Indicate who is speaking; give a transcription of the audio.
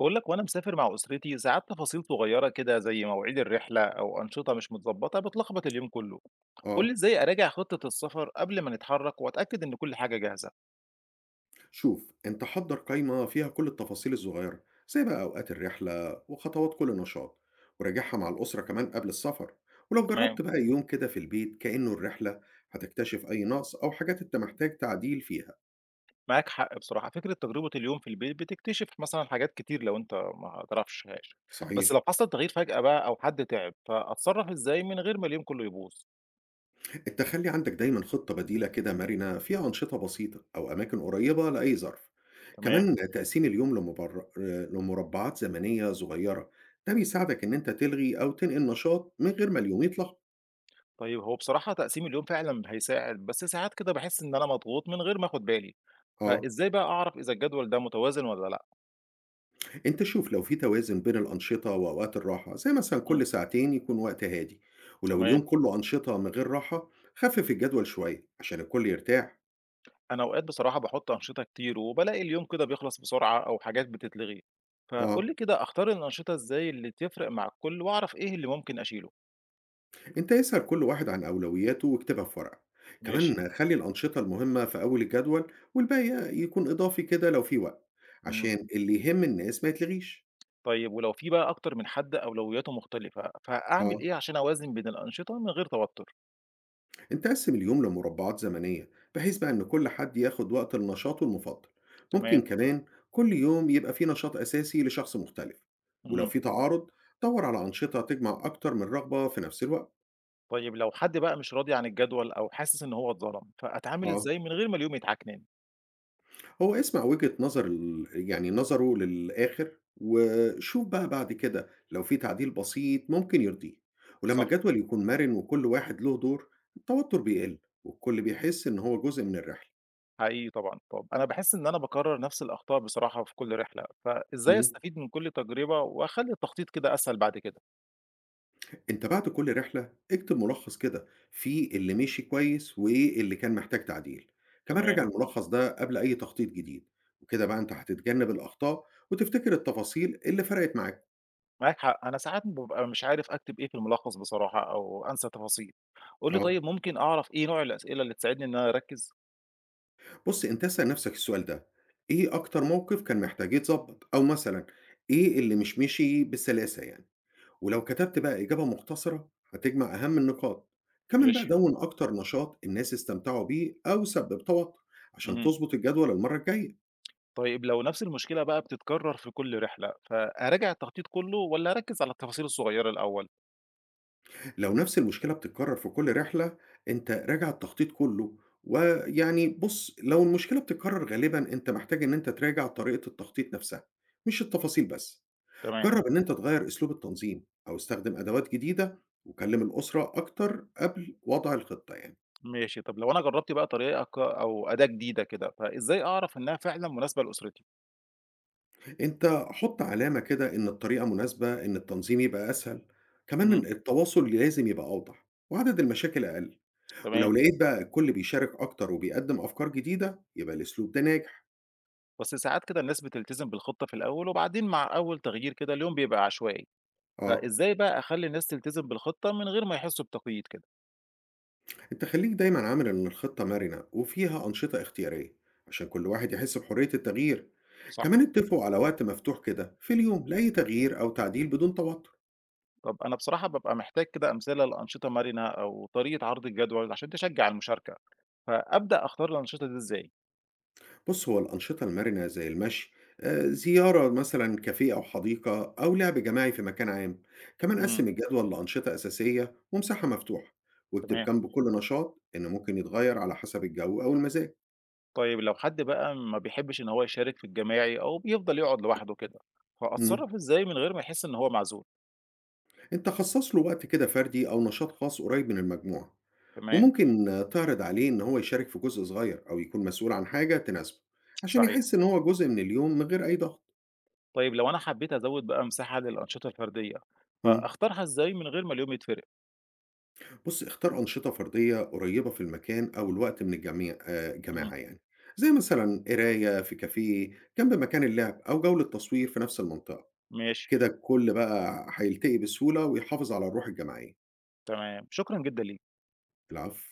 Speaker 1: باقول لك وأنا مسافر مع أسرتي ساعات تفاصيل صغيرة كده زي مواعيد الرحلة أو أنشطة مش متضبطة بتلخبط اليوم كله، قُل لي
Speaker 2: آه،
Speaker 1: إزاي أراجع خطة السفر قبل ما نتحرك وأتأكد إن كل حاجة جاهزة؟
Speaker 2: شوف أنت حضّر قايمة فيها كل التفاصيل الصغيرة، زي بقى أوقات الرحلة وخطوات كل نشاط، وراجعها مع الأسرة كمان قبل السفر، ولو جرّبت
Speaker 1: تمام،
Speaker 2: بقى يوم كده في البيت كإنه الرحلة، هتكتشف أي نقص أو حاجات أنت محتاج تعديل فيها،
Speaker 1: معاك حق بصراحة، فكرة تجربة اليوم في البيت بتكتشف مثلًا حاجات كتير لو أنت ما تعرفشهاش، بس
Speaker 2: صحيح،
Speaker 1: لو حصل تغيير فجأة بقى أو حد تعب، فأتصرف إزاي من غير ما اليوم كله يبوظ؟
Speaker 2: أنت خلّي عندك دايمًا خطة بديلة كده مرنة فيها أنشطة بسيطة أو أماكن قريبة لأي ظرف،
Speaker 1: تمام،
Speaker 2: كمان تقسيم اليوم لمربعات زمنية صغيرة، ده بيساعدك إن أنت تلغي أو تنقل نشاط من غير ما اليوم يتلخبط.
Speaker 1: طيب هو بصراحة تقسيم اليوم فعلًا هيساعد، بس ساعات كده باحس إن أنا مضغوط من غير ما آخد بالي،
Speaker 2: آه.
Speaker 1: فإزاي بقى أعرف إذا الجدول ده متوازن والّا لأ؟
Speaker 2: انت شوف لو في توازن بين الأنشطة وأوقات الراحة زي مثلا
Speaker 1: إمم،
Speaker 2: كل ساعتين يكون وقت هادي، ولو اليوم
Speaker 1: تمام.
Speaker 2: كله أنشطة من غير راحة خفف الجدول شوية عشان الكل يرتاح.
Speaker 1: أنا أوقات بصراحة باحُط أنشطة كتير، وبالاقي اليوم كده بيخلص بسرعة أو حاجات بتتلغي، فقُل
Speaker 2: اه،
Speaker 1: لي كده أختار الأنشطة إزاي اللي تفرق مع الكل، وأعرف إيه اللي ممكن أشيله؟
Speaker 2: انت اسأل كل واحد عن أولوياته واكتبها في ورقة،
Speaker 1: ماشي،
Speaker 2: كمان خلي الأنشطة المهمة في أول الجدول والباقي يكون إضافي كده لو في وقت،
Speaker 1: إمم،
Speaker 2: عشان اللي يهم الناس ما يتلغيش.
Speaker 1: طيب ولو في بقى أكتر من حد أولوياته مختلفة، فأعمل
Speaker 2: اه،
Speaker 1: إيه عشان أوازن بين الأنشطة من غير توتر؟
Speaker 2: انت قسم اليوم لمربعات زمنية بحيث بقى ان كل حد ياخد وقت لنشاطه المفضل، ممكن
Speaker 1: تمام،
Speaker 2: كمان كل يوم يبقى فيه نشاط أساسي لشخص مختلف، ولو
Speaker 1: إمم،
Speaker 2: في تعارض دور على أنشطة تجمع أكتر من رغبة في نفس الوقت.
Speaker 1: طيب لو حد بقى مش راضي عن الجدول أو حاسس إن هو اتظلم، فأتعامل
Speaker 2: اه،
Speaker 1: إزاي من غير ما اليوم يتعكنن؟
Speaker 2: هو اسمع وجهة نظر يعني نظره للآخر وشوف بقى بعد كده لو في تعديل بسيط ممكن يرضيه، ولما
Speaker 1: صح.
Speaker 2: الجدول يكون مرن وكل واحد له دور التوتر بيقل والكل بيحس ان هو جزء من الرحلة.
Speaker 1: حقيقي طبعًا، طب أنا باحس إن أنا باكرّر نفس الأخطاء بصراحة في كل رحلة، فإزاي
Speaker 2: مم.
Speaker 1: أستفيد من كل تجربة وأخلّي التخطيط كده أسهل بعد كده؟
Speaker 2: أنت بعد كل رحلة اكتب ملخص كده فيه اللي مشي كويس وإيه اللي كان محتاج تعديل، كمان راجع
Speaker 1: تمام،
Speaker 2: الملخص ده قبل أي تخطيط جديد، وكده بقى أنت هتتجنب الأخطاء وتفتكر التفاصيل اللي فرقت معاك.
Speaker 1: معاك حق، أنا ساعات بابقى مش عارف أكتب إيه في الملخص بصراحة أو أنسى تفاصيل، قُل لي
Speaker 2: أه،
Speaker 1: طيب ممكن أعرف إيه نوع الأسئلة اللي تساعدني إن أنا أركّز؟
Speaker 2: بص أنت اسأل نفسك السؤال ده، إيه أكتر موقف كان محتاج يتظبط أو مثلا إيه اللي مش مشي بالسلاسة يعني، ولو كتبت بقى إجابة مختصرة هتجمع أهم النقاط، كمان بقى
Speaker 1: ماشي،
Speaker 2: دون أكتر نشاط الناس استمتعوا بيه أو سبب توتر عشان
Speaker 1: اهم،
Speaker 2: تظبط الجدول المرة الجاية.
Speaker 1: طيب لو نفس المشكلة بقى بتتكرر في كل رحلة، فأراجع التخطيط كلّه والّا أركّز على التفاصيل الصغيّرة الأول؟
Speaker 2: لو نفس المشكلة بتتكرر في كل رحلة انت راجع التخطيط كله، ويعني بص لو المشكلة بتتكرر غالبا انت محتاج ان انت تراجع طريقة التخطيط نفسها، مش التفاصيل بس.
Speaker 1: تمام،
Speaker 2: جرب ان انت تغير اسلوب التنظيم او استخدم ادوات جديدة، وكلم الأسرة أكتر قبل وضع الخطة يعني.
Speaker 1: ماشي، طب لو أنا جرّبت بقى طريقة ك أو أداة جديدة كده، فإزاي أعرف إنها فعلًا مناسبة لأسرتي؟
Speaker 2: أنت حط علامة كده إن الطريقة مناسبة إن التنظيم يبقى أسهل، كمان إن
Speaker 1: إمم.
Speaker 2: التواصل لازم يبقى أوضح وعدد المشاكل أقل، ولو
Speaker 1: تمام.
Speaker 2: لقيت بقى الكل بيشارك أكتر وبيقدم أفكار جديدة يبقى الأسلوب ده ناجح.
Speaker 1: بس ساعات كده الناس بتلتزم بالخطة في الأول وبعدين مع أول تغيير كده اليوم بيبقى عشوائي،
Speaker 2: آه،
Speaker 1: فإزاي بقى أخلي الناس تلتزم بالخطة من غير ما يحسوا بتقييد كده؟
Speaker 2: أنت خليك دايمًا عامل إن الخطة مرنة وفيها أنشطة اختيارية عشان كل واحد يحس بحرية التغيير،
Speaker 1: صح.
Speaker 2: كمان اتفقوا على وقت مفتوح كده في اليوم لأي تغيير أو تعديل بدون توتر.
Speaker 1: طب أنا بصراحة بابقى محتاج كده أمثلة لأنشطة مرنة أو طريقة عرض الجدول عشان تشجع المشاركة، فأبدأ أختار الأنشطة دي إزاي؟
Speaker 2: بُص هو الأنشطة المرنة زي المشي، زيارة مثلًا كافيه أو حديقة أو لعب جماعي في مكان عام، كمان
Speaker 1: امم
Speaker 2: قسم الجدول لأنشطة أساسية ومساحة مفتوحة، واكتب
Speaker 1: تمام.
Speaker 2: جنب كل نشاط إنه ممكن يتغير على حسب الجو أو المزاج.
Speaker 1: طيب لو حد بقى ما بيحبش إن هو يشارك في الجماعي أو بيفضل يقعد لوحده كده،
Speaker 2: إمم،
Speaker 1: فأتصرف إزاي من غير ما يحس إن هو معزول؟
Speaker 2: أنت خصص له وقت كده فردي أو نشاط خاص قريب من المجموعة.
Speaker 1: تمام.
Speaker 2: وممكن تعرض عليه إن هو يشارك في جزء صغير أو يكون مسؤول عن حاجة تناسبه عشان
Speaker 1: صحيح.
Speaker 2: يحس إن هو جزء من اليوم من غير أي ضغط.
Speaker 1: طيب لو أنا حبيت أزوّد بقى مساحة للأنشطة الفردية،
Speaker 2: مم.
Speaker 1: فأختارها إزاي من غير ما اليوم يتفرق؟
Speaker 2: بص اختار أنشطة فردية قريبة في المكان أو الوقت من الجميع، آه،
Speaker 1: إمم،
Speaker 2: جماعة يعني، زي مثلا قراية في كافيه جنب مكان اللعب أو جولة تصوير في نفس المنطقة،
Speaker 1: ماشي،
Speaker 2: كده الكل بقى هيلتقي بسهولة ويحافظ على الروح الجماعية.
Speaker 1: تمام، شكرًا جدًا ليك.
Speaker 2: العفو.